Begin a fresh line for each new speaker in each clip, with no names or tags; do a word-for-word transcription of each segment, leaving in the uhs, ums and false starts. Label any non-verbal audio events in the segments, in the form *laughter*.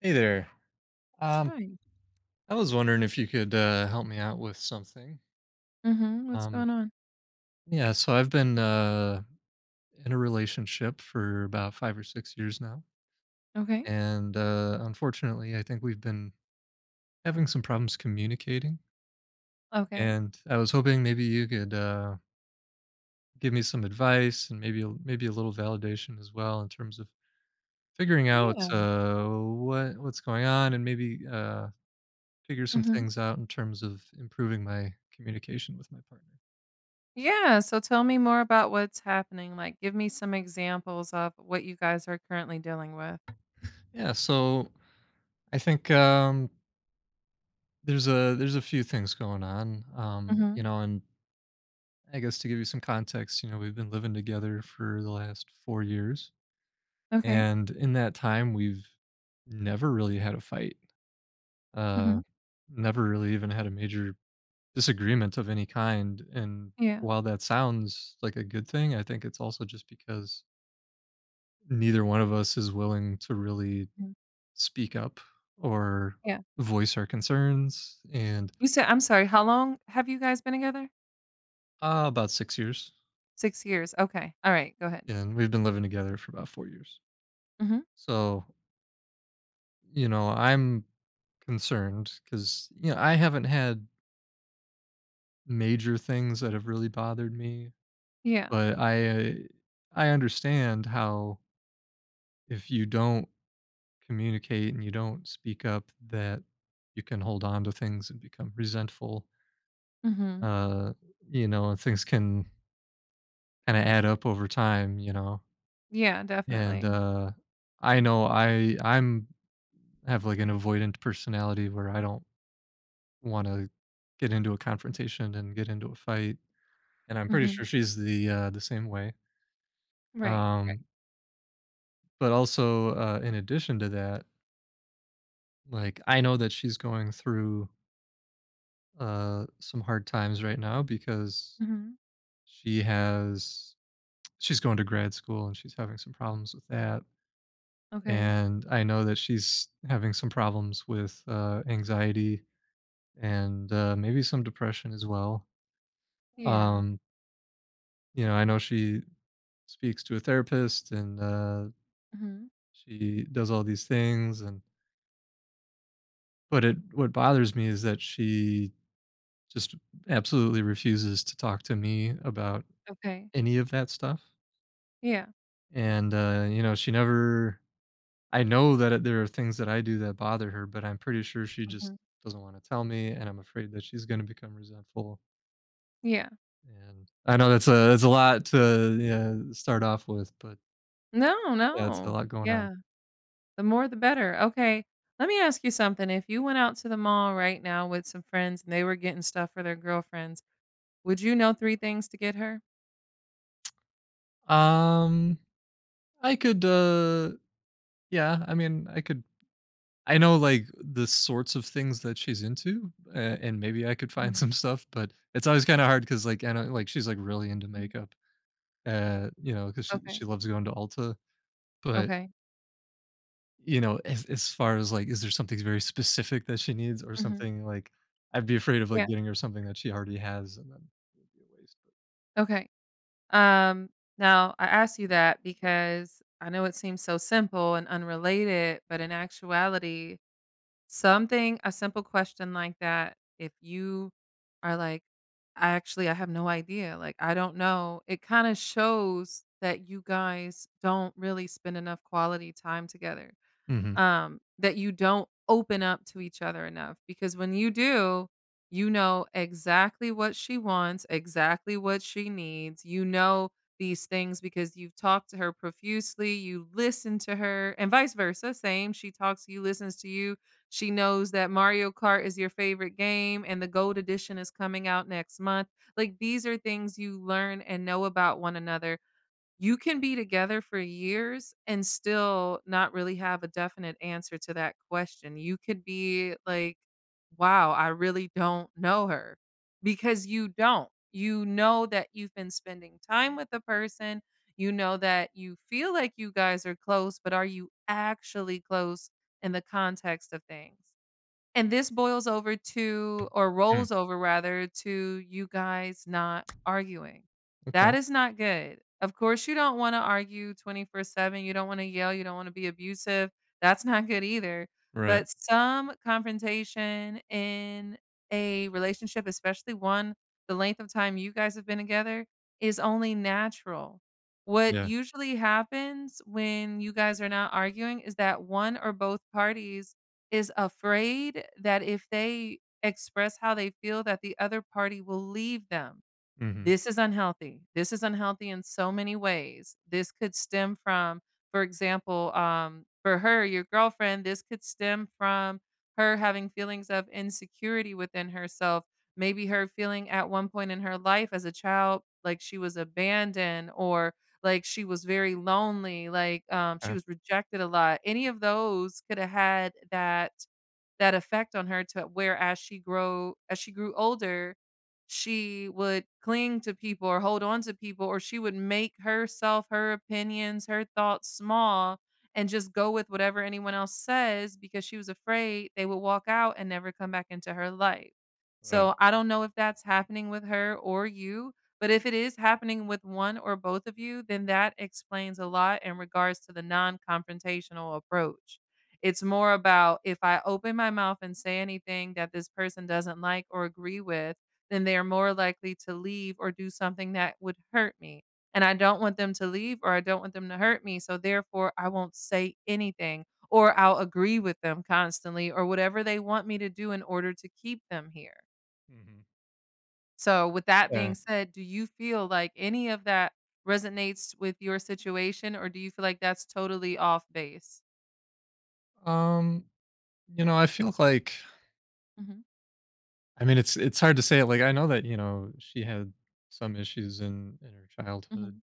Hey there. Um,
Hi.
I was wondering if you could uh, help me out with something.
Mhm. What's
Um,
going on?
yeah, so I've been uh, in a relationship for about five or six years now.
Okay.
And uh, unfortunately, I think we've been having some problems communicating.
Okay.
And I was hoping maybe you could uh, give me some advice and maybe a- maybe a little validation as well in terms of figuring out
Yeah.
uh, what what's going on and maybe uh, figure some
Mhm.
things out in terms of improving my communication with my partner.
Yeah, so tell me more about what's happening, like, give me some examples of what you guys are currently dealing with.
Yeah, so I think um, there's a there's a few things going on, um, you
Mhm.
know, and I guess to give you some context, you know, we've been living together for the last four years,
Okay.
and in that time, we've never really had a fight, uh,
Mhm.
never really even had a major disagreement of any kind. And
Yeah.
while that sounds like a good thing, I think it's also just because neither one of us is willing to really
Mhm.
speak up or
Yeah.
voice our concerns and
You said I'm sorry, how long have you guys been together?
Uh, about six years,
six years. Okay. All right, go ahead.
and we've been living together for about four years.
Mhm.
So, you know, I'm concerned because you know I haven't had major things that have really bothered me,
Yeah.
but I uh, I understand how if you don't communicate and you don't speak up, that you can hold on to things and become resentful.
Mhm.
Uh, you know, and things can kind of add up over time. You know,
Yeah,
and
definitely.
uh, I know I I'm I have like an avoidant personality where I don't want to get into a confrontation and get into a fight, and I'm pretty sure
Mhm.
she's the uh, the same way.
Right. Right.
Um, but also, uh, in addition to that, like I know that she's going through uh, some hard times right now because
Mhm.
she has she's going to grad school and she's having some problems with that,
Okay.
and I know that she's having some problems with uh, anxiety and uh, maybe some depression as well.
Yeah.
Um, you know, I know she speaks to a therapist and, uh,
Mhm.
she does all these things and but it what bothers me is that she just absolutely refuses to talk to me about
Okay.
any of that stuff.
Yeah.
And, uh, you know, she never I know that it- there are things that I do that bother her, but I'm pretty sure she just
Mhm.
doesn't wanna tell me, and I'm afraid that she's gonna become resentful.
Yeah.
And I know that's a that's a lot to, yeah, start off with, but
No,
yeah, it's a
no.
lot going on.
Yeah. The more the better. Okay. Let me ask you something. If you went out to the mall right now with some friends and they were getting stuff for their girlfriends, would you know three things to get her?
Um I could uh yeah, I mean, I could I know like the sorts of things that she's into uh, and maybe I could find *laughs*
Mhm,
some stuff, but it's always kind of hard cuz like I know like she's like really into
mhm.
makeup. Uh, you know, cuz she she
Okay.
loves going to Ulta, but
Okay.
you know, as as far as like is there something very specific that she needs or
Mhm.
something like I'd be afraid of
Yeah.
like getting her something that she already has and then it would be a waste.
Okay. Um, now I ask you that because I know it seems so simple and unrelated, but in actuality something a simple question like that, if you are like, "I actually I have no idea, like, I don't know," it kinda shows that you guys don't really spend enough quality time together,
Mhm.
um, that you don't open up to each other enough because when you do, you know exactly what she wants, exactly what she needs. You know these things because you've talked to her profusely, you listen to her, and vice versa. Same. She talks, to you listens to you. She knows that Mario Kart is your favorite game and the gold edition is coming out next month. Like these are things you learn and know about one another. You can be together for years and still not really have a definite answer to that question. You could be like, "Wow, I really don't know her," because you don't. You know that you've been spending time with the person. You know that you feel like you guys are close, but are you actually close in the context of things? And this boils over to or
Mm.
rolls over rather to you guys not arguing.
Okay.
That is not good. Of course, you don't wanna argue twenty-four seven, you don't wanna yell, you don't wanna be abusive. That's not good either.
Right.
But some confrontation in a relationship, especially one the length of time you guys have been together, is only natural. What
Yeah.
usually happens when you guys are not arguing is that one or both parties is afraid that if they express how they feel that the other party will leave them.
Mhm.
This is unhealthy. This is unhealthy in so many ways. This could stem from, for example, um, for her, your girlfriend, this could stem from her having feelings of insecurity within herself. Maybe her feeling at one point in her life as a child like she was abandoned or like she was very lonely, like, um, she
Yeah.
was rejected a lot. Any of those could have had that that effect on her to where as she grow as she grew older, she would cling to people or hold on to people, or she would make herself, her opinions, her thoughts small and just go with whatever anyone else says because she was afraid they would walk out and never come back into her life.
Right.
So I don't know if that's happening with her or you, but if it is happening with one or both of you, then that explains a lot in regards to the non confrontational approach. It's more about if I open my mouth and say anything that this person doesn't like or agree with, then they are more likely to leave or do something that would hurt me. And I don't want them to leave or I don't want them to hurt me. So therefore, I won't say anything or I'll agree with them constantly or whatever they want me to do in order to keep them here.
Mhm.
So, with that being
Yeah.
said, do you feel like any of that resonates with your situation or do you feel like that's totally off base?
Um You know, I feel like
Mhm.
I mean, it's it's hard to say it, like, I know that, you know, she had some issues in in her childhood,
Mhm.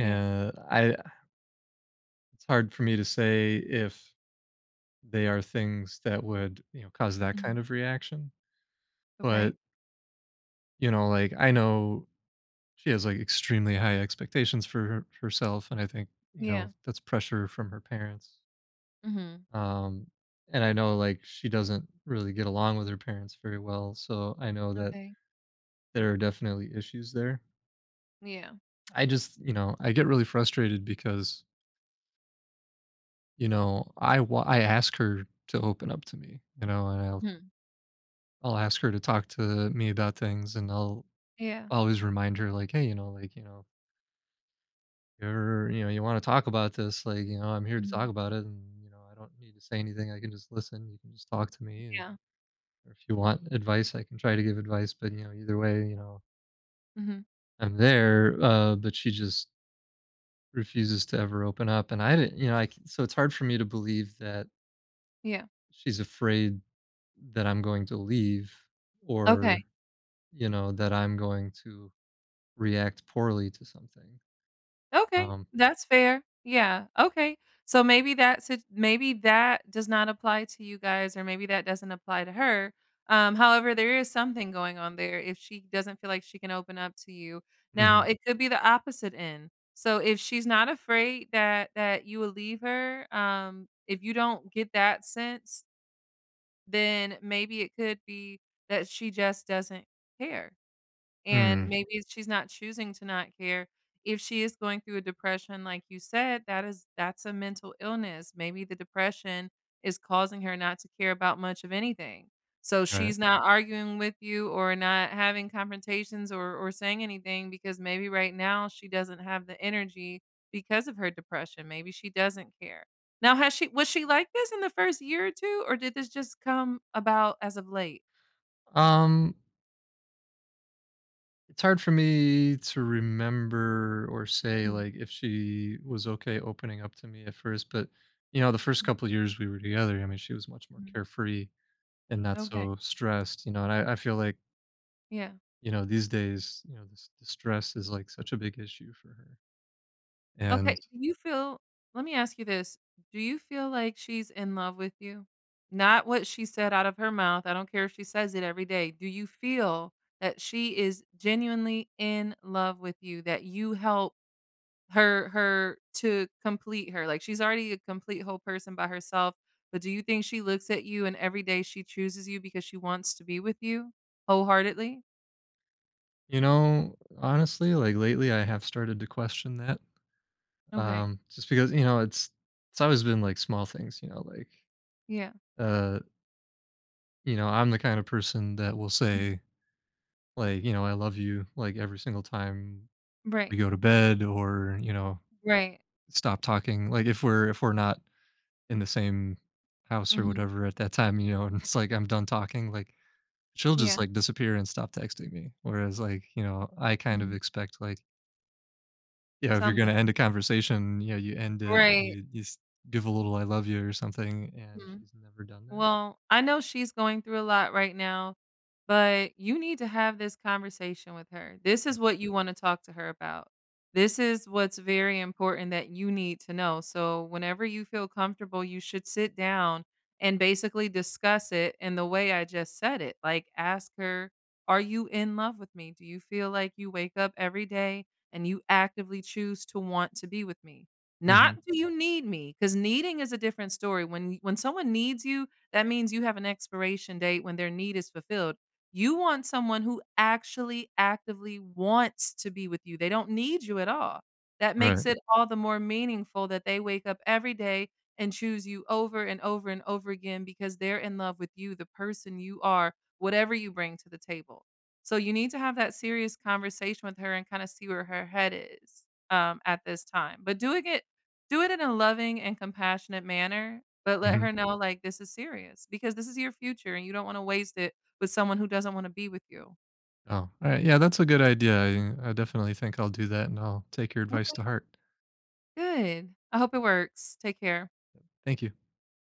Yeah.
I it's hard for me to say if they are things that would, you know, cause that
Mhm.
kind of reaction,
Okay.
but, you know, like, I know she has, like, extremely high expectations for her herself, and I think, you
Yeah.
know, that's pressure from her parents,
Mhm.
um, and I know, like, she doesn't really get along with her parents very well, so I know that
Okay.
there are definitely issues there.
Yeah.
I just, you know, I get really frustrated because, you know, I wa I ask her to open up to me, you know, and I'll
Mhm.
I'll ask her to talk to me about things, and I'll
Yeah.
always remind her like, "Hey, you know, like, you know, if you ever, you know, you wanna talk about this, like, you know, I'm here to talk
Mhm.
about it, and, you know, I don't need to say anything, I can just listen, you can just talk to me, and
Yeah.
or if you want advice, I can try to give advice, but, you know, either way, you know,
Mhm.
I'm there," uh, but she just refuses to ever open up, and I didn't you know, I c so it's hard for me to believe that
Yeah.
she's afraid that I'm going to leave
Okay.
or, you know, that I'm going to react poorly to something.
Okay.
Um,
That's fair. Yeah. Okay. So maybe that's it, maybe that does not apply to you guys, or maybe that doesn't apply to her. Um, however, there is something going on there if she doesn't feel like she can open up to you. Now,
mhm,
it could be the opposite end. So if she's not afraid that that you will leave her, um, if you don't get that sense, then maybe it could be that she just doesn't care. And
mm,
maybe she's not choosing to not care. If she is going through a depression like you said, that is that's a mental illness. Maybe the depression is causing her not to care about much of anything. So
right.
she's not arguing with you or not having confrontations or or saying anything because maybe right now she doesn't have the energy because of her depression. Maybe she doesn't care. Now has she was she like this in the first year or two or did this just come about as of late?
Um, it's hard for me to remember or say
Mm,
like if she was okay opening up to me at first, but you know, the first
mm,
couple of years we were together, I mean, she was much more
mm.
carefree and not
Okay.
so stressed, you know, and I, I feel like,
Yeah.
you know, these days, you know, this the stress is like such a big issue for her.
Okay,
And
do you feel let me ask you this, do you feel like she's in love with you? Not what she said out of her mouth, I don't care if she says it every day. Do you feel that she is genuinely in love with you, that you help her her to complete her? Like, she's already a complete whole person by herself, but do you think she looks at you and every day she chooses you because she wants to be with you wholeheartedly?
you know, honestly, like lately I have started to question that.
Okay,
Um, just because, you know, it's it's always been like small things, you know, like
yeah.
uh, you know, I'm the kind of person that will
Mhm.
say, like, you know, I love you like every single time we
Right,
go to bed or, you know,
right.
stop talking. Like if we're if we're not in the same house or
Mhm,
whatever at that time, you know, and it's like I'm done talking, like she'll
yeah,
just like disappear and stop texting me. Whereas like, you know, I kind of
mhm,
expect like yeah, if you're
something.
gonna end a conversation, you know, you end it,
Right.
you you s give a little "I love you" or something, and
Hmm.
she's never done that?
Well, I know she's going through a lot right now, but you need to have this conversation with her. This is what you want to talk to her about. This is what's very important that you need to know. So, whenever you feel comfortable, you should sit down and basically discuss it in the way I just said it. Like, ask her, are you in love with me? Do you feel like you wake up every day and you actively choose to want to be with me?
Mhm,
Not
mhm,
do you need me? Because needing is a different story. When when someone needs you, that means you have an expiration date when their need is fulfilled. You want someone who actually actively wants to be with you. They don't need you at all. That
right,
makes it all the more meaningful that they wake up every day and choose you over and over and over again because they're in love with you, the person you are, whatever you bring to the table. So you need to have that serious conversation with her and kind of see where her head is, um, at this time. But doing it, do it in a loving and compassionate manner, but let
mhm.
her Mhm. know, like, "This is serious because this is your future, and you don't wanna waste it with someone who doesn't wanna be with you."
Oh, alright, yeah, that's a good idea, I I definitely think I'll do that, and I'll take your advice
Okay.
to heart.
Good. I hope it works. Take care.
Thank you.